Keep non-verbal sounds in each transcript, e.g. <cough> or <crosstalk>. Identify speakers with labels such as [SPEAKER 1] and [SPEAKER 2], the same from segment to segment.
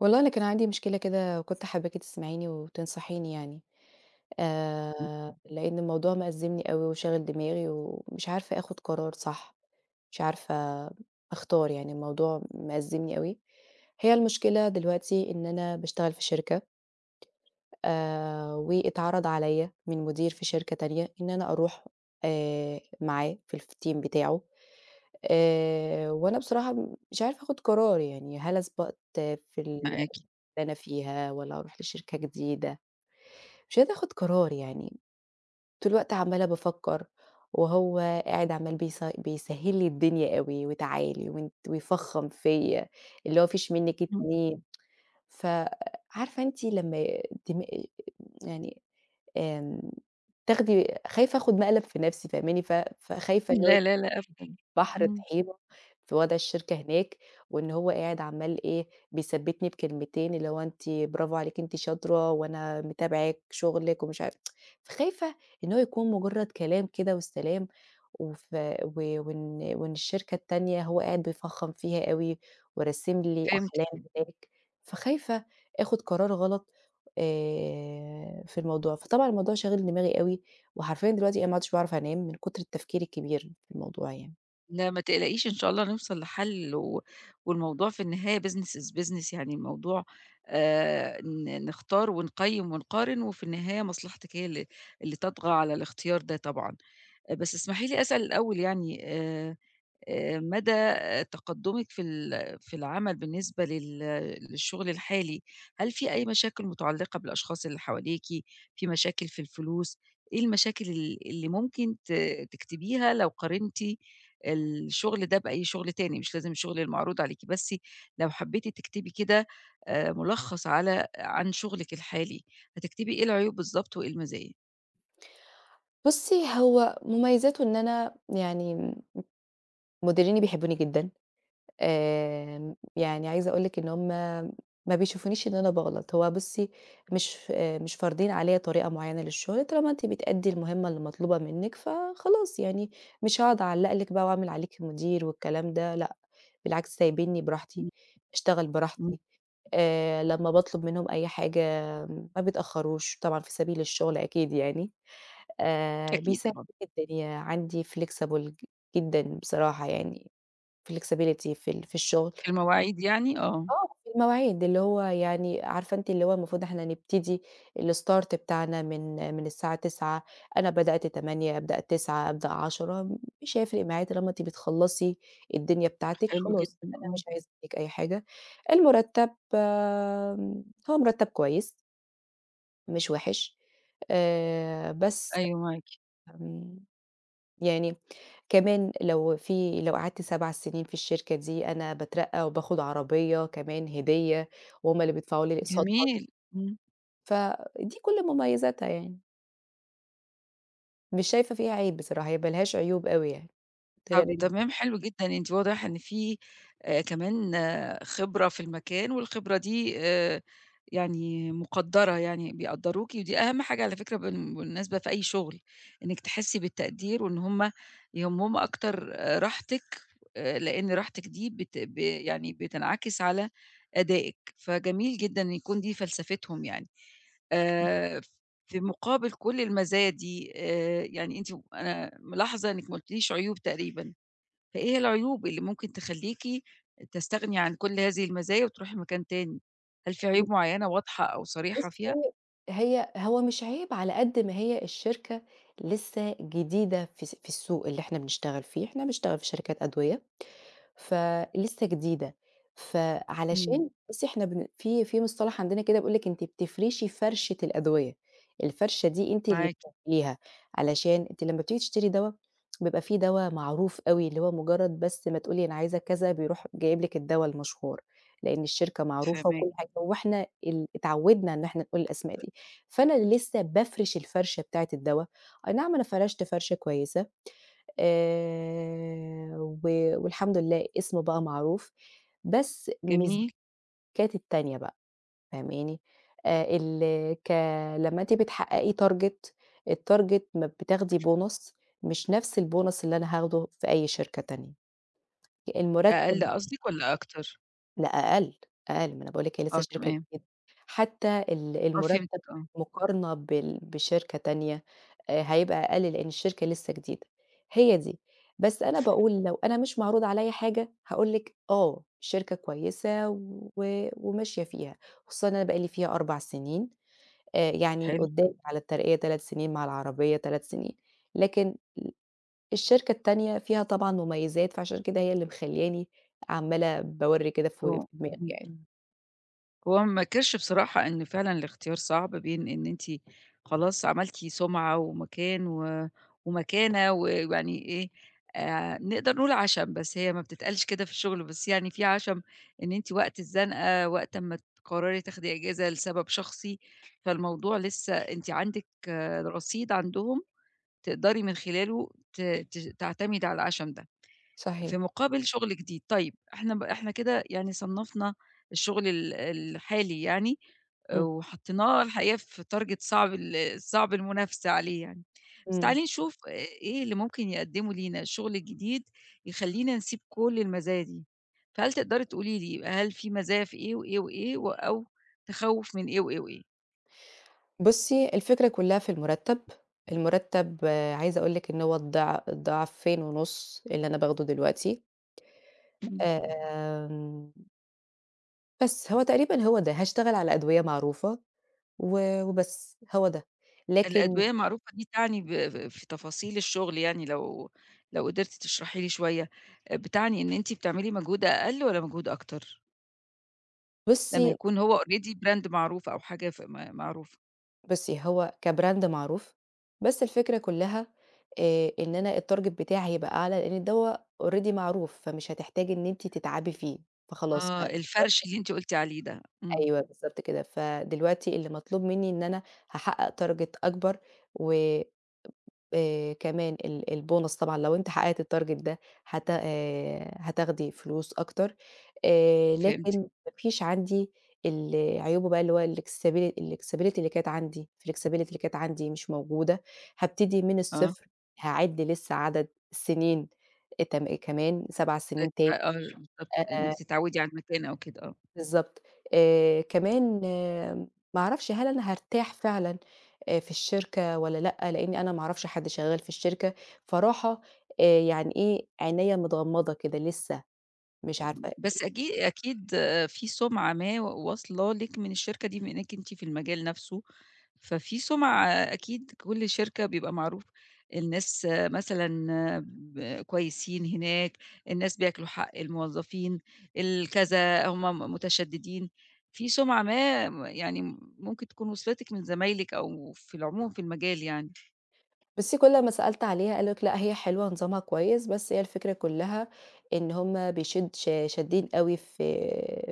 [SPEAKER 1] والله أنا كان عندي مشكلة كده وكنت حاباكِ تسمعيني وتنصحيني يعني، آآ
[SPEAKER 2] إمم.
[SPEAKER 1] إمم. لإن الموضوع مأزّمني أوي وشاغل دماغي ومش عارفة آخُد قرار صح، مش عارفة أختار يعني الموضوع مأزّمني أوي. هي المشكلة دلوقتي إن أنا باشتغل في شركة واتعرض عليّا من مدير في شركة تانية إن أنا أروح معاه في الteam بتاعه، وأنا بصراحة مش عارفة آخُد قرار يعني هل أثبت في ال
[SPEAKER 2] ما أكيد.
[SPEAKER 1] أنا فيها والّا أروح لشركة جديدة، مش قادرة آخُد قرار يعني، طول الوقت عمّالة بافكّر، وهو قاعد عمّال بيسهّل لي الدنيا أوي وتعالي وأنتِ ويفخّم فيّا، اللي هو ما فيش منِّك اتنين، ف عارفة أنتِ لمّا دم يعني آمم، تاخدي خايفة آخُد مقلب في نَفْسي فاهماني، فخايفة إن هو
[SPEAKER 2] لا، لا، لا أبدًا.
[SPEAKER 1] بحر
[SPEAKER 2] إمم.
[SPEAKER 1] طحينة في وضع الشركة هناك، وإن هو قاعد عمّال إيه، بيثبّتني بكلمتين اللي هو أنتِ برافو عليكِ أنتِ شاطرة وأنا متابعِك شغلِك ومش عارف فخايفة إن هو يكون مجرّد كلام كده والسلام وف و وإن وإن الشركة التانية هو قاعد بيفخّم فيها أوي وراسم لي
[SPEAKER 2] فهمتِك.
[SPEAKER 1] أحلام هناك، فخايفة آخُد قرار غلط في الموضوع، فطبعًا الموضوع شاغل دماغي أوي وحرفيًا دلوقتي أنا ما عُدتش باعرف أنام من كُتر التفكير الكبير في الموضوع يعني.
[SPEAKER 2] لا ما تقلقيش، إن شاء الله نوصل لحل، والموضوع في النهاية business is business، يعني الموضوع ن نختار ونقيّم ونقارن، وفي النهاية مصلحتِك هي اللي تطغى على الاختيار ده طبعًا. بس اسمحي لي أسأل الأول، يعني مدى تقدُّمِك في العمل بالنسبة للشغل الحالي. هل في أي مشاكل متعلقة بالأشخاص اللي حواليكِ، في مشاكل في الفلوس، إيه المشاكل اللي ممكن تكتبيها لو قارنتِ الشغل ده بأي شغل تاني؟ مش لازم الشغل المعروض عليكِ، بس لو حبيتِ تكتبي كده ملخص عن شغلِك الحالي، هتكتبي إيه العيوب بالضبط وإيه المزايا؟
[SPEAKER 1] بُصّي، هو مميزاته إن أنا يعني مديريني بيحبوني جدًا، يعني عايزة أقول لِك إن هُم ما بيشوفونيش إن أنا باغلط، هو بُصّي مش فارضين عليَّ طريقة معيّنة للشغل، طالما أنتِ بتأدّي المهمة اللي مطلوبة منِّك فخلاص يعني مش هاقعد أعلّق لِك بقى وأعمل عليكِ مدير والكلام ده لأ، بالعكس سايبينّي براحتي،
[SPEAKER 2] إمم.
[SPEAKER 1] أشتغل
[SPEAKER 2] إمم.
[SPEAKER 1] براحتي، لمّا باطلب منهم أي حاجة ما بيتأخّروش طبعًا في سبيل الشغل أكيد يعني.
[SPEAKER 2] أكيد
[SPEAKER 1] بيساعد
[SPEAKER 2] طبعًا.
[SPEAKER 1] جدًا عندي flexible جدًا بصراحة يعني flexibility في الشغل
[SPEAKER 2] في المواعيد يعني؟ آه.
[SPEAKER 1] آه، في المواعيد اللي هو يعني عارفة أنتِ اللي هو المفروض إحنا نبتدي الstart بتاعنا من الساعة 09:00. أنا بدأت 08:00، أبدأ 09:00، أبدأ 10:00، مش هيفرق معايا طالما أنتِ بتخلّصي الدنيا بتاعتِك
[SPEAKER 2] حلو
[SPEAKER 1] خلاص،
[SPEAKER 2] جدًا،
[SPEAKER 1] أنا
[SPEAKER 2] آه.
[SPEAKER 1] مش عايزة منِّك أي حاجة. المُرتّب هو مُرتّب كويس مش وِحِش، بس
[SPEAKER 2] أيوه معاكِ.
[SPEAKER 1] آمم يعني كمان لو قعدت 7 سنين في الشركة دي أنا باترقّى وباخد عربية كمان هدية وهُم اللي بيدفعوا لي أقساطها،
[SPEAKER 2] جميل. إمم.
[SPEAKER 1] فدي كل مميزاتها يعني، مش شايفة فيها عيب بصراحة، هي ما لهاش عيوب أوي يعني غير
[SPEAKER 2] طَب تمام، حلو جدًا. أنتِ واضح إن في كمان آه، خبرة في المكان، والخبرة دي يعني مُقدّرة، يعني بيقدّروكِ، ودي أهم حاجة على فكرة بالمناسبة في أي شُغل. إنِّك تحسّي بالتقدير، وإن هم يهمّهم أكتر آه، راحتِك، لإن راحتِك دي بت ب يعني بتنعكس على أدائِك، فجميل جدًا إن يكون دي فلسفتهم يعني. آآ، في مقابل كل المزايا دي، يعني أنا ملاحظة إنِّك ما قُلتليش عيوب تقريبًا. فإيه هي العيوب اللي ممكن تخلّيكِ تستغني عن كل هذه المزايا وتروحي مكان تاني؟ هل في عيوب معيّنة واضحة أو صريحة فيها؟
[SPEAKER 1] بُصّي هو مش عيب على قد ما هي الشركة لسه جديدة في السوق اللي إحنا بنشتغل فيه، إحنا بنشتغل في شركات أدوية. فلسه جديدة،
[SPEAKER 2] إمم.
[SPEAKER 1] فعلشان بُصّي إحنا بن في في مصطلح عندنا كده بيقول لِك أنتِ بتفرشي فرشة الأدوية، الفرشة دي أنتِ اللي
[SPEAKER 2] معاكِ.
[SPEAKER 1] بتعمليها، علشان أنتِ لمّا بتيجي تشتري دوا بيبقى في دوا معروف أوي، اللي هو مجرد بس ما تقولي أنا عايزة كذا بيروح جايب لِك الدوا المشهور، لأن الشركة معروفة
[SPEAKER 2] فاهماكِ.
[SPEAKER 1] وكل حاجة، وإحنا اتعودنا إن إحنا نقول الأسماء دي، فأنا لسه بافرش الفرشة بتاعة الدوا، أي نعم أنا فرشت فرشة كويسة و والحمد لله اسمه بقى معروف، بس ميزات
[SPEAKER 2] جميل.
[SPEAKER 1] التانية بقى فاهماني؟ ال ك لمّا أنتِ بتحققي target الtarget ما بتاخدي bonus مش نفس الbonus اللي أنا هاخده في أي شركة تانية، المرتب
[SPEAKER 2] أقل قصدِك والّا أكتر؟
[SPEAKER 1] لأ أقل، أقل، ما أنا باقول لِك هي لسه
[SPEAKER 2] آه
[SPEAKER 1] شركة
[SPEAKER 2] تمام.
[SPEAKER 1] جديدة، حتى
[SPEAKER 2] آه فهمتِك،
[SPEAKER 1] المرتب
[SPEAKER 2] آه.
[SPEAKER 1] مقارنة بشركة تانية، هيبقى أقل لأن الشركة لسه جديدة، هي دي. بس أنا باقول لو أنا مش معروض عليَّ حاجة هاقول لِك آه، الشركة كويسة وماشية فيها، خصوصًا أنا بقى لي فيها 4 سنين، يعني
[SPEAKER 2] حلو.
[SPEAKER 1] قدامي على الترقية 3 سنين، مع العربية 3 سنين، لكن الشركة التانية فيها طبعًا مميزات، فعشان كده هي اللي مخلّياني عمّالة باورّي كده في
[SPEAKER 2] آه.
[SPEAKER 1] دماغي
[SPEAKER 2] إمم.
[SPEAKER 1] يعني.
[SPEAKER 2] إمم. هو ما انكرش بصراحة إن فعلًا الاختيار صعب بين إن أنتِ خلاص عملتِ سُمعة ومكان ومكانة، ويعني إيه، نقدر نقول عَشَم، بس هي ما بتتقالش كده في الشغل، بس يعني في عَشَم إن أنتِ وقت الزنقة، وقت أمّا تقرري تاخدي إجازة لسبب شخصي، فالموضوع لسه أنتِ عندِك آه، رصيد عندهم تقدري من خلاله ت ت تعتمدي على العَشَم ده. في
[SPEAKER 1] صحيح.
[SPEAKER 2] مقابل شغل جديد. طيب إحنا إحنا كده يعني صنّفنا الشغل الحالي يعني، آه،
[SPEAKER 1] إمم.
[SPEAKER 2] وحطيناه الحقيقة في target صعب المنافسة عليه يعني. بس
[SPEAKER 1] إمم.
[SPEAKER 2] تعالي نشوف إيه اللي ممكن يقدّمه لينا الشغل الجديد يخلّينا نسيب كل المزايا دي. فهل تقدري تقولي لي، هل في مزايا في إيه وإيه وإيه، أو تخوّف من إيه وإيه وإيه؟
[SPEAKER 1] بُصّي، الفكرة كلّها في المُرتّب، المُرتّب آه، عايزة أقول لِك إن هو ضعفين ونُص اللي أنا باخده دلوقتي. آمم، بس هو تقريبًا هو ده، هاشتغل على أدوية معروفة وبس، هو ده. لكن
[SPEAKER 2] الأدوية معروفة دي تعني ب ف في تفاصيل الشغل يعني، لو قدرتِ تشرحي لي شوية، بتعني إن أنتِ بتعملي مجهود أقل والّا مجهود أكتر؟ لمّا
[SPEAKER 1] بُصّي
[SPEAKER 2] يكون هو already brand معروف أو حاجة ف م معروفة.
[SPEAKER 1] بُصّي، هو كbrand معروف، بس الفكرة كلّها إن أنا الtarget بتاعي هيبقى أعلى، لإن الدوا already معروف، فمش هتحتاجي إن أنتِ تتعبي فيه، فخلاص
[SPEAKER 2] آه، الفرْش اللي أنتِ قُلتِ عليه ده. إمم.
[SPEAKER 1] أيوه بالضبط كده، فدلوقتي اللي مطلوب منّي إن أنا هاحقق target أكبر و كمان البونص طبعًا لو أنتِ حققتِ الtarget ده هت هتاخدي فلوس أكتر، لكن
[SPEAKER 2] فهمتِك.
[SPEAKER 1] ما فيش عندي عيوبه بقى اللي هو الflexibility اللي كانت عندي مش موجودة، هابتدي من
[SPEAKER 2] آه،
[SPEAKER 1] الصفر، هاعِد لسه عدد السنين كمان 7 سنين
[SPEAKER 2] آه،
[SPEAKER 1] تاني
[SPEAKER 2] آه، بالضبط.
[SPEAKER 1] آآ
[SPEAKER 2] إنِّك تتعوّدي على المكان أو كده، آه.
[SPEAKER 1] بالضبط. كمان آمم ما أعرفش هل أنا هارتاح فعلًا في الشركة والّا لأ، لإنّي أنا ما أعرفش حد شغّال في الشركة، فراحة يعني إيه، عينيّا متغمّضة كده لسّه، مش إمم. عارفة
[SPEAKER 2] بس أكيد آه، في سُمعة ما واصلة لِك من الشركة دي بما إنِّك أنتِ في المجال نفْسه، ففي سُمعة أكيد، كل شركة بيبقى معروف الناس مثلًا كويسين هناك، الناس بياكلوا حق الموظفين، الكذا، هم متشددين، في سُمعة ما يعني ممكن تكون وصلتِك من زمايلِك أو في العموم في المجال يعني.
[SPEAKER 1] بُصّي، كل ما سألت عليها قالوا لِك لأ هي حلوة، نظامها كويس، بس هي الفكرة كلّها إن هُم بيشد ش شادين أوي في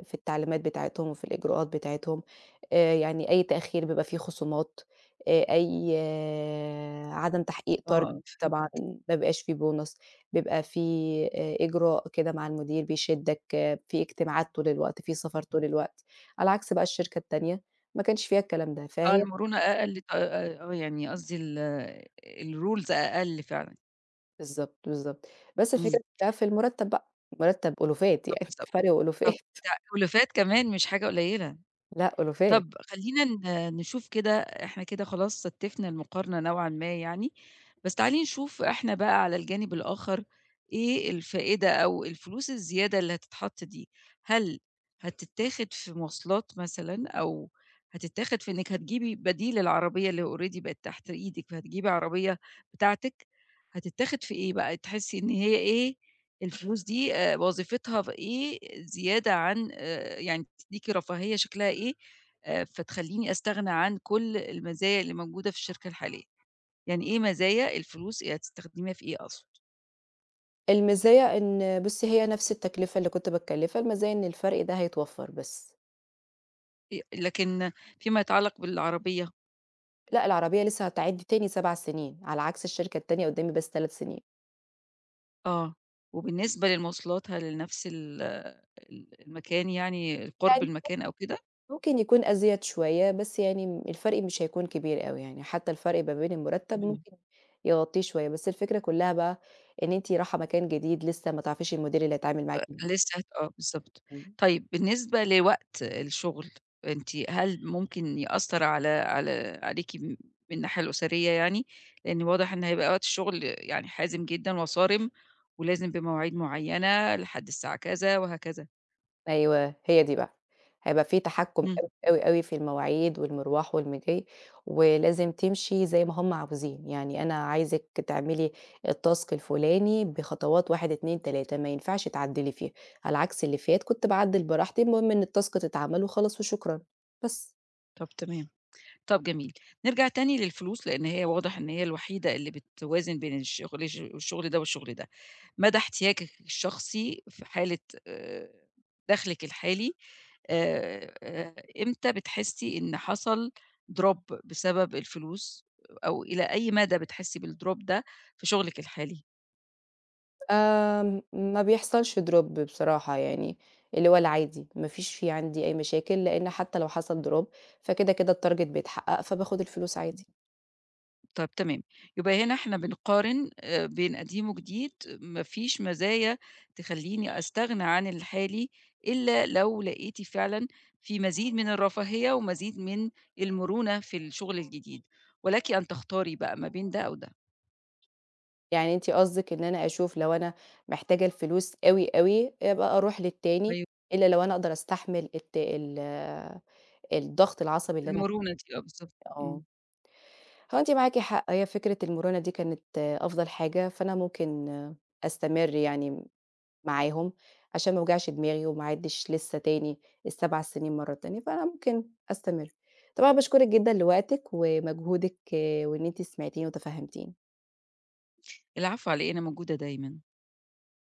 [SPEAKER 1] في التعليمات بتاعتهم وفي الإجراءات بتاعتهم، يعني أي تأخير بيبقى فيه خصومات، أي آه، عدم تحقيق طرد
[SPEAKER 2] آه
[SPEAKER 1] طبعًا
[SPEAKER 2] فهمتِك.
[SPEAKER 1] ما بيبقاش فيه بونص، بيبقى فيه إجراء كده مع المدير بيشدّك، آه، في اجتماعات طول الوقت، في سفر طول الوقت، على عكس بقى الشركة التانية ما كانش فيها الكلام ده،
[SPEAKER 2] آه،
[SPEAKER 1] فهي
[SPEAKER 2] المرونة أقل، ط آه يعني قصدي الrules أقل فعلًا.
[SPEAKER 1] بالضبط، بالضبط. بس
[SPEAKER 2] إمم.
[SPEAKER 1] الفكرة كلّها في المُرتّب بقى، مُرتّب أُلوفات
[SPEAKER 2] طب
[SPEAKER 1] يعني
[SPEAKER 2] بالضبط.
[SPEAKER 1] <laughs> فرق
[SPEAKER 2] طب
[SPEAKER 1] أُلوفات
[SPEAKER 2] تأليفات كمان مش حاجة قليلة.
[SPEAKER 1] لأ أُلوفات.
[SPEAKER 2] طب خلّينا نشوف كده، إحنا كده خلاص ستّفنا المقارنة نوعًا ما يعني. بس تعالي نشوف إحنا بقى على الجانب الآخر، إيه الفائدة أو الفلوس الزيادة اللي هتتحط دي؟ هل هتتاخد في مواصلات مثلًا، أو هتتاخد في إنِّك هتجيبي بديل العربية اللي already بقت تحت إيدِك، فهتجيبي عربية بتاعتِك؟ هتتاخد في إيه بقى؟ تحسّي إن هي إيه الفلوس دي، وظيفتها في إيه زيادة عن يعني تدّيكِ رفاهية شكلها إيه؟ فتخلّيني أستغنى عن كل المزايا اللي موجودة في الشركة الحالية، يعني إيه مزايا الفلوس، إيه هتستخدميها في إيه أقصد.
[SPEAKER 1] المزايا إن بُصّي، هي نفس التكلفة اللي كنت باتكلّفها، المزايا إن الفرق ده هيتوفّر بس.
[SPEAKER 2] لكن فيما يتعلق بالعربية،
[SPEAKER 1] لأ، العربية لسه هتعِد تاني 7 سنين، على عكس الشركة التانية قُدّامي بس 3 سنين.
[SPEAKER 2] آه، وبالنسبة للمواصلات هل نفس ال ال المكان، يعني قُرب
[SPEAKER 1] يعني
[SPEAKER 2] المكان أو كده؟
[SPEAKER 1] ممكن يكون أزيد شوية، بس يعني الفرق مش هيكون كبير أوي يعني، حتّى الفرق ما بين المُرتّب
[SPEAKER 2] تمام.
[SPEAKER 1] ممكن يغطّيه شوية، بس الفكرة كلّها بقى إن أنتِ رايحة مكان جديد لسه ما تعرفيش المدير اللي هيتعامل معاكِ.
[SPEAKER 2] لسه آه بالضبط.
[SPEAKER 1] إمم.
[SPEAKER 2] طيب بالنسبة لوقت الشغل، أنتِ هل ممكن يأثّر على على عليكِ من الناحية الأسرية يعني؟ لإن واضح إن هيبقى وقت الشغل يعني حازم جدًا وصارم، ولازم بمواعيد معيّنة لحد الساعة كذا وهكذا.
[SPEAKER 1] أيوه، هي دي بقى، هيبقى في تحكُّم
[SPEAKER 2] إمم.
[SPEAKER 1] أوي، أوي، أوي في المواعيد والمروح واللي جاي، ولازم تمشي زي ما هُم عاوزين، يعني أنا عايزِك تعملي الtask الفُلاني بخطوات 1، 2، 3 ما ينفعش تعدّلي فيها، على عكس اللي فات كنت باعدّل براحتي، المهم إن الtask تتعمل وخلاص وشكرًا، بس.
[SPEAKER 2] طب تمام. طب جميل. نرجع تاني للفلوس لإن هي واضح إن هي الوحيدة اللي بتوازن بين الشغل ده والشغل ده. مدى احتياجك الشخصي في حالة آآ دخلِك الحالي، آآ، إمتى بتحسي إن حصل drop بسبب الفلوس، أو إلى أي مدى بتحسي بالdrop ده في شغلِك الحالي؟
[SPEAKER 1] ما بيحصلش drop بصراحة يعني، اللي هو العادي، ما فيش في عندي أي مشاكل، لإن حتى لو حصل drop فكده، كده الtarget بيتحقق، فباخد الفلوس عادي.
[SPEAKER 2] طب تمام. يبقى هنا إحنا بنقارن بين قديم وجديد. ما فيش مزايا تخلّيني أستغنى عن الحالي، إلا لو لقيتِ فعلًا في مزيد من الرفاهية ومزيد من المرونة في الشغل الجديد، ولكِ أن تختاري بقى ما بين ده أو ده.
[SPEAKER 1] يعني أنتِ قصدِك إن أنا أشوف لو أنا محتاجة الفلوس أوي، أوي، أبقى أروح للتاني،
[SPEAKER 2] أيوه.
[SPEAKER 1] إلا لو أنا أقدر أستحمل الت ال الضغط العصبي اللي أنا
[SPEAKER 2] المرونة دي، آه بالضبط.
[SPEAKER 1] فيه آه،
[SPEAKER 2] إمم.
[SPEAKER 1] هو أنتِ معاكِ حق، هي فكرة المرونة دي كانت أفضل حاجة، فأنا ممكن أستمر يعني معاهم عشان ما اوجعش دماغي وما اعدِّش لسه تاني ال7 سنين مرة تانية، فأنا ممكن أستمر. طبعًا باشكرِك جدًا لوقتِك ومجهودِك وإن أنتِ سمعتيني وتفهمتيني.
[SPEAKER 2] العفو على إيه، أنا موجودة دايمًا.